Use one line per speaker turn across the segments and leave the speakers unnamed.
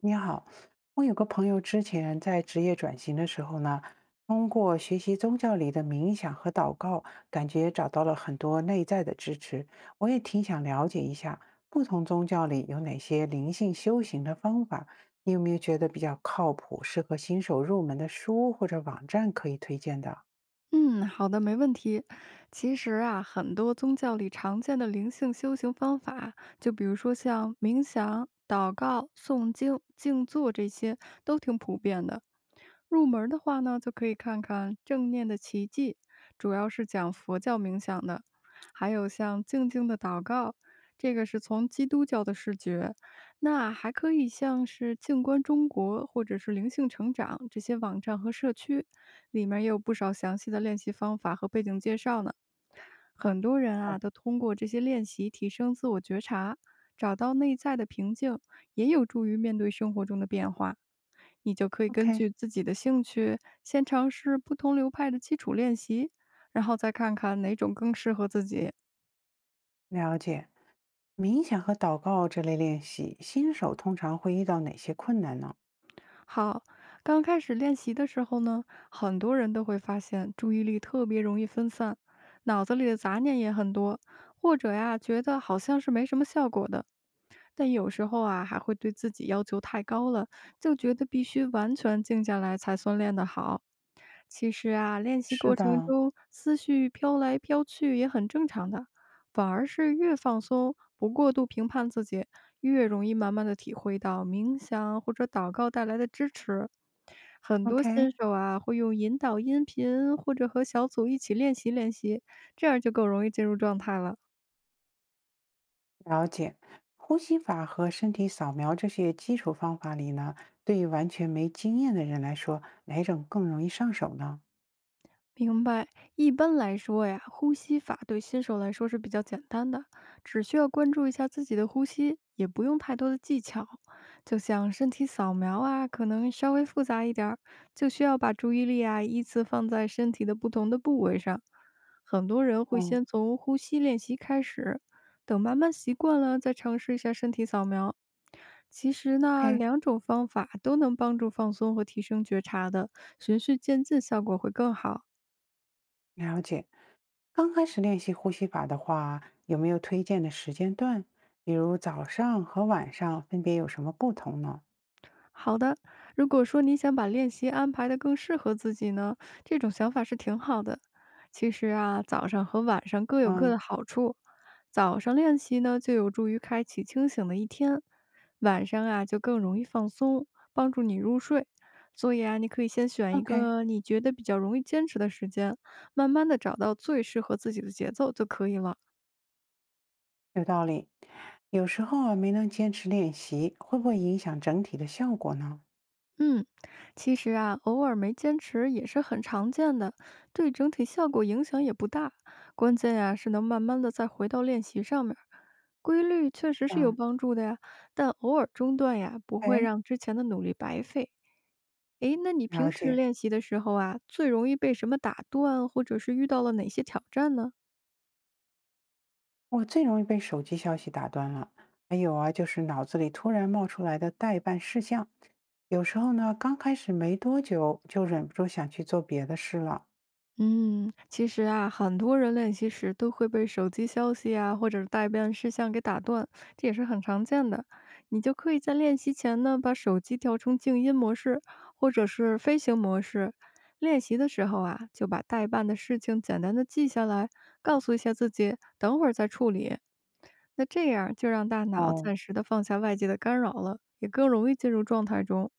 你好，我有个朋友之前在职业转型的时候呢，通过学习宗教里的冥想和祷告，感觉找到了很多内在的支持。我也挺想了解一下，不同宗教里有哪些灵性修行的方法？你有没有觉得比较靠谱、适合新手入门的书或者网站可以推荐的
嗯，好的，没问题。其实啊，很多宗教里常见的灵性修行方法，就比如说像冥想、祷告、诵经、静坐这些，都挺普遍的。入门儿的话呢，就可以看看《正念的奇迹》，主要是讲佛教冥想的；还有像《静静的祷告》，这个是从基督教的视觉。那还可以像是静观中国或者是灵性成长这些网站和社区。里面也有不少详细的练习方法和背景介绍呢。很多人啊，都通过这些练习提升自我觉察，找到内在的平静，也有助于面对生活中的变化。你就可以根
？OK，
据自己的兴趣，先尝试不同流派的基础练习，然后再看看哪种更适合自己。
了解。冥想和祷告这类练习，新手通常会遇到哪些困难呢？
好，刚开始练习的时候呢，很多人都会发现注意力特别容易分散，脑子里的杂念也很多，或者呀，觉得好像是没什么效果的。但有时候啊，还会对自己要求太高了，就觉得必须完全静下来才算练得好。其实啊，练习
是
过程
的
中思绪飘来飘去也很正常的，反而是越放松，不过度评判自己，越容易慢慢的体会到冥想或者祷告带来的支持。很多
，OK。
新手啊，会用引导音频或者和小组一起练习练习，这样就更容易进入状态了。
了解，呼吸法和身体扫描这些基础方法里呢，对于完全没经验的人来说，哪种更容易上手呢？
明白，一般来说呀，呼吸法对新手来说是比较简单的，只需要关注一下自己的呼吸，也不用太多的技巧。就像身体扫描啊，可能稍微复杂一点儿，就需要把注意力啊依次放在身体的不同的部位上。很多人会
哦
先从呼吸练习开始，等慢慢习惯了，再尝试一下身体扫描。其实呢，
，OK，
两种方法都能帮助放松和提升觉察的，循序渐进，效果会更好。
了解。刚开始练习呼吸法的话，有没有推荐的时间段？比如早上和晚上分别有什么不同呢？
好的，如果说你想把练习安排的更适合自己呢，这种想法是挺好的。其实啊，早上和晚上各有各
嗯
的好处。早上练习呢，就有助于开启清醒的一天；晚上啊，就更容易放松，帮助你入睡。所以啊，你可以先选一
，OK，
个你觉得比较容易坚持的时间，慢慢的找到最适合自己的节奏就可以了。
有道理。有时候啊，没能坚持练习，会不会影响整体的效果呢？
嗯，其实啊，偶尔没坚持也是很常见的，对整体效果影响也不大。关键呀，是能慢慢的再回到练习上面儿规律确实是有
啊，
帮助的呀。但偶尔中断呀，不会
哎，
让之前的努力白费。诶，那你
了
平时
解。
练习的时候啊，最容易被什么打断，或者是遇到了哪些挑战呢？
我最容易被手机消息打断了，还有啊，就是脑子里突然冒出来的待办事项，有时候呢，刚开始没多久就忍不住想去做别的事了。
嗯，其实啊，很多人练习时都会被手机消息啊，或者是待办事项给打断，这也是很常见的。你就可以在练习前呢，把手机调成静音模式，或者是飞行模式。练习的时候啊，就把待办的事情简单的记下来，告诉一下自己，等会儿再处理。那这样就让大脑
哦，
暂时的放下外界的干扰了，也更容易进入状态中。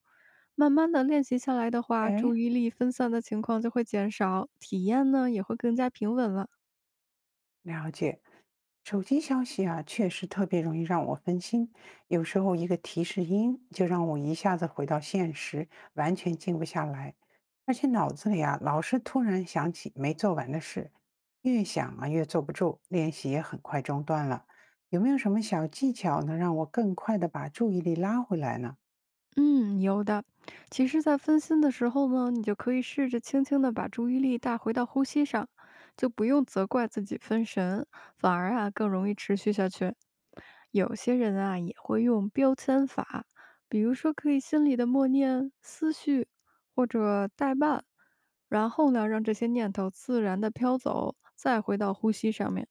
慢慢的练习下来的话，
哎，
注意力分散的情况就会减少，体验呢也会更加平稳了。
了解，手机消息啊，确实特别容易让我分心。有时候一个提示音就让我一下子回到现实，完全静不下来。而且脑子里啊，老是突然想起没做完的事，越想啊越坐不住，练习也很快中断了。有没有什么小技巧能让我更快的把注意力拉回来呢？
嗯，有的。其实，在分心的时候呢，你就可以试着轻轻的把注意力带回到呼吸上，就不用责怪自己分神，反而啊更容易持续下去。有些人啊也会用标签法，比如说可以心里的默念、思绪或者代办，然后呢让这些念头自然的飘走，再回到呼吸上面。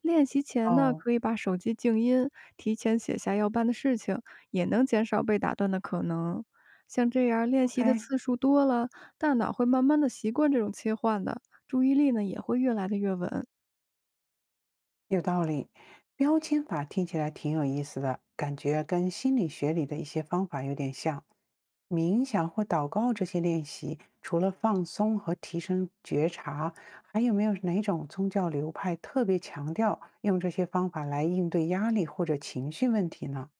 练习前呢，
哦
可以把手机静音，提前写下要办的事情。也能减少被打断的可能。像这样练习的
，OK，
次数多了，大脑会慢慢的习惯这种切换的，注意力呢也会越来的越稳。
有道理，标签法听起来挺有意思的，感觉跟心理学里的一些方法有点像。冥想或祷告这些练习，除了放松和提升觉察，还有没有哪种宗教流派特别强调用这些方法来应对压力或者情绪问题呢？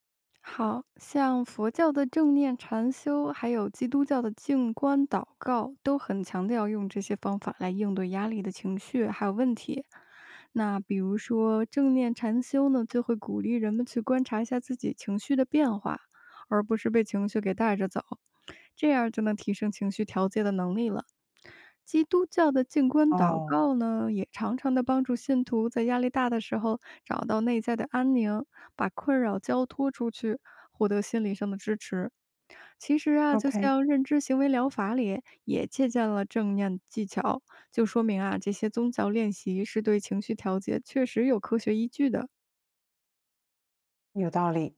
好像佛教的正念禅修，还有基督教的静观祷告，都很强调用这些方法来应对压力的情绪还有问题。那比如说正念禅修呢，就会鼓励人们去观察一下自己情绪的变化，而不是被情绪给带着走，这样就能提升情绪调节的能力了。基督教的静观祷
哦
告呢，也常常的帮助信徒在压力大的时候找到内在的安宁，把困扰交托出去，获得心理上的支持。其实啊，就
，OK。
像认知行为疗法里也借鉴了正念技巧，就说明啊，这些宗教练习是对情绪调节确实有科学依据的。
有道理，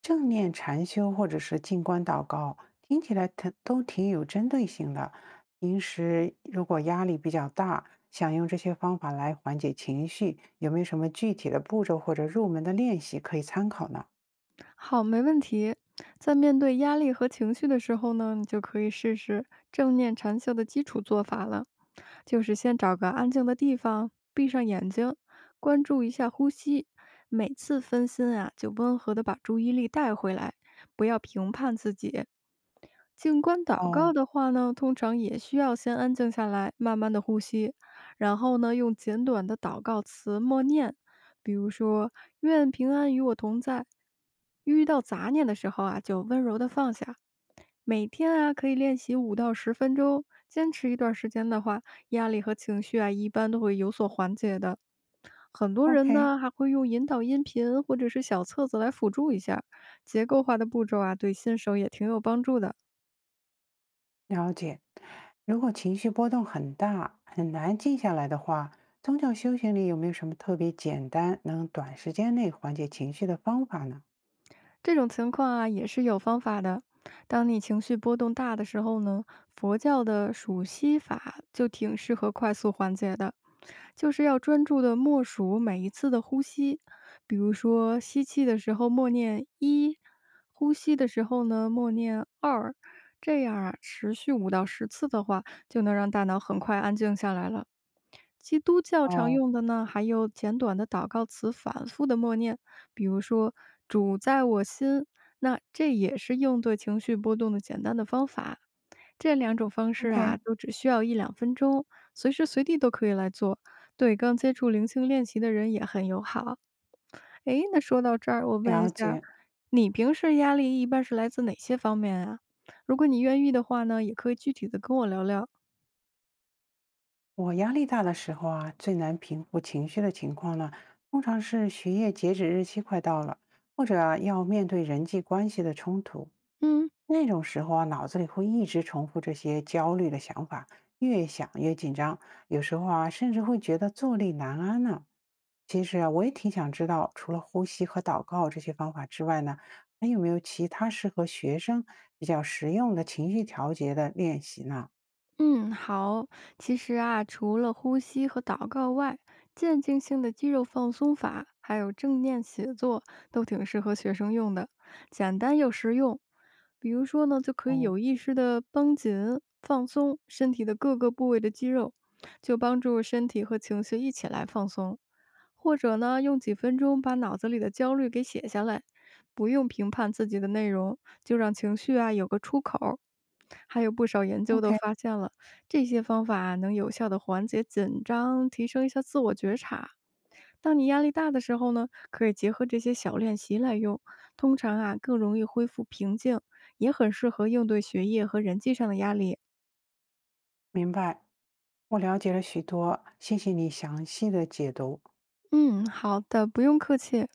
正念禅修或者是静观祷告，听起来挺都挺有针对性的。平时如果压力比较大，想用这些方法来缓解情绪，有没有什么具体的步骤或者入门的练习可以参考呢？
好，没问题。在面对压力和情绪的时候呢，你就可以试试正念禅修的基础做法了，就是先找个安静的地方，闭上眼睛，关注一下呼吸。每次分心啊，就温和的把注意力带回来，不要评判自己，静观祷告
哦
的话呢，通常也需要先安静下来，慢慢的呼吸，然后呢，用简短的祷告词默念，比如说“愿平安与我同在”。遇到杂念的时候啊，就温柔的放下。每天啊，可以练习5到10分钟，坚持一段时间的话，压力和情绪啊，一般都会有所缓解的。很多人
，OK，
呢，还会用引导音频或者是小册子来辅助一下，结构化的步骤啊，对新手也挺有帮助的。
了解。如果情绪波动很大，很难静下来的话，宗教修行里有没有什么特别简单，能短时间内缓解情绪的方法呢？
这种情况啊，也是有方法的。当你情绪波动大的时候呢，佛教的数息法就挺适合快速缓解的，就是要专注的默数每一次的呼吸，比如说吸气的时候默念一，呼吸的时候呢默念二，这样啊持续5到10次的话，就能让大脑很快安静下来了。基督教常
哦
用的呢，还有简短的祷告词，反复的默念，比如说“主在我心”，那这也是应对情绪波动的简单的方法。这两种方式
，OK，
啊，都只需要一两分钟，随时随地都可以来做，对刚接触灵性练习的人也很友好。诶，那说到这儿，我问
了
一下儿
解。
你平时压力一般是来自哪些方面啊？如果你愿意的话呢，也可以具体的跟我聊聊。
我压力大的时候啊，最难平复情绪的情况呢，通常是学业截止日期快到了，或者啊要面对人际关系的冲突。
嗯，
那种时候啊，脑子里会一直重复这些焦虑的想法，越想越紧张，有时候啊，甚至会觉得坐立难安呢。其实啊，我也挺想知道，除了呼吸和祷告这些方法之外呢，还有没有其他适合学生比较实用的情绪调节的练习呢？
嗯，好。其实啊，除了呼吸和祷告外，渐进性的肌肉放松法，还有正念写作，都挺适合学生用的，简单又实用。比如说呢，就可以
哦
有意识的绷紧、放松身体的各个部位的肌肉，就帮助身体和情绪一起来放松。或者呢，用几分钟把脑子里的焦虑给写下来，不用评判自己的内容，就让情绪啊有个出口。还有不少研究都
，OK，
发现了。这些方法能有效的缓解紧张，提升一下自我觉察。当你压力大的时候呢，可以结合这些小练习来用，通常啊更容易恢复平静，也很适合应对学业和人际上的压力。
明白。我了解了许多，谢谢你详细的解读。
嗯，好的，不用客气。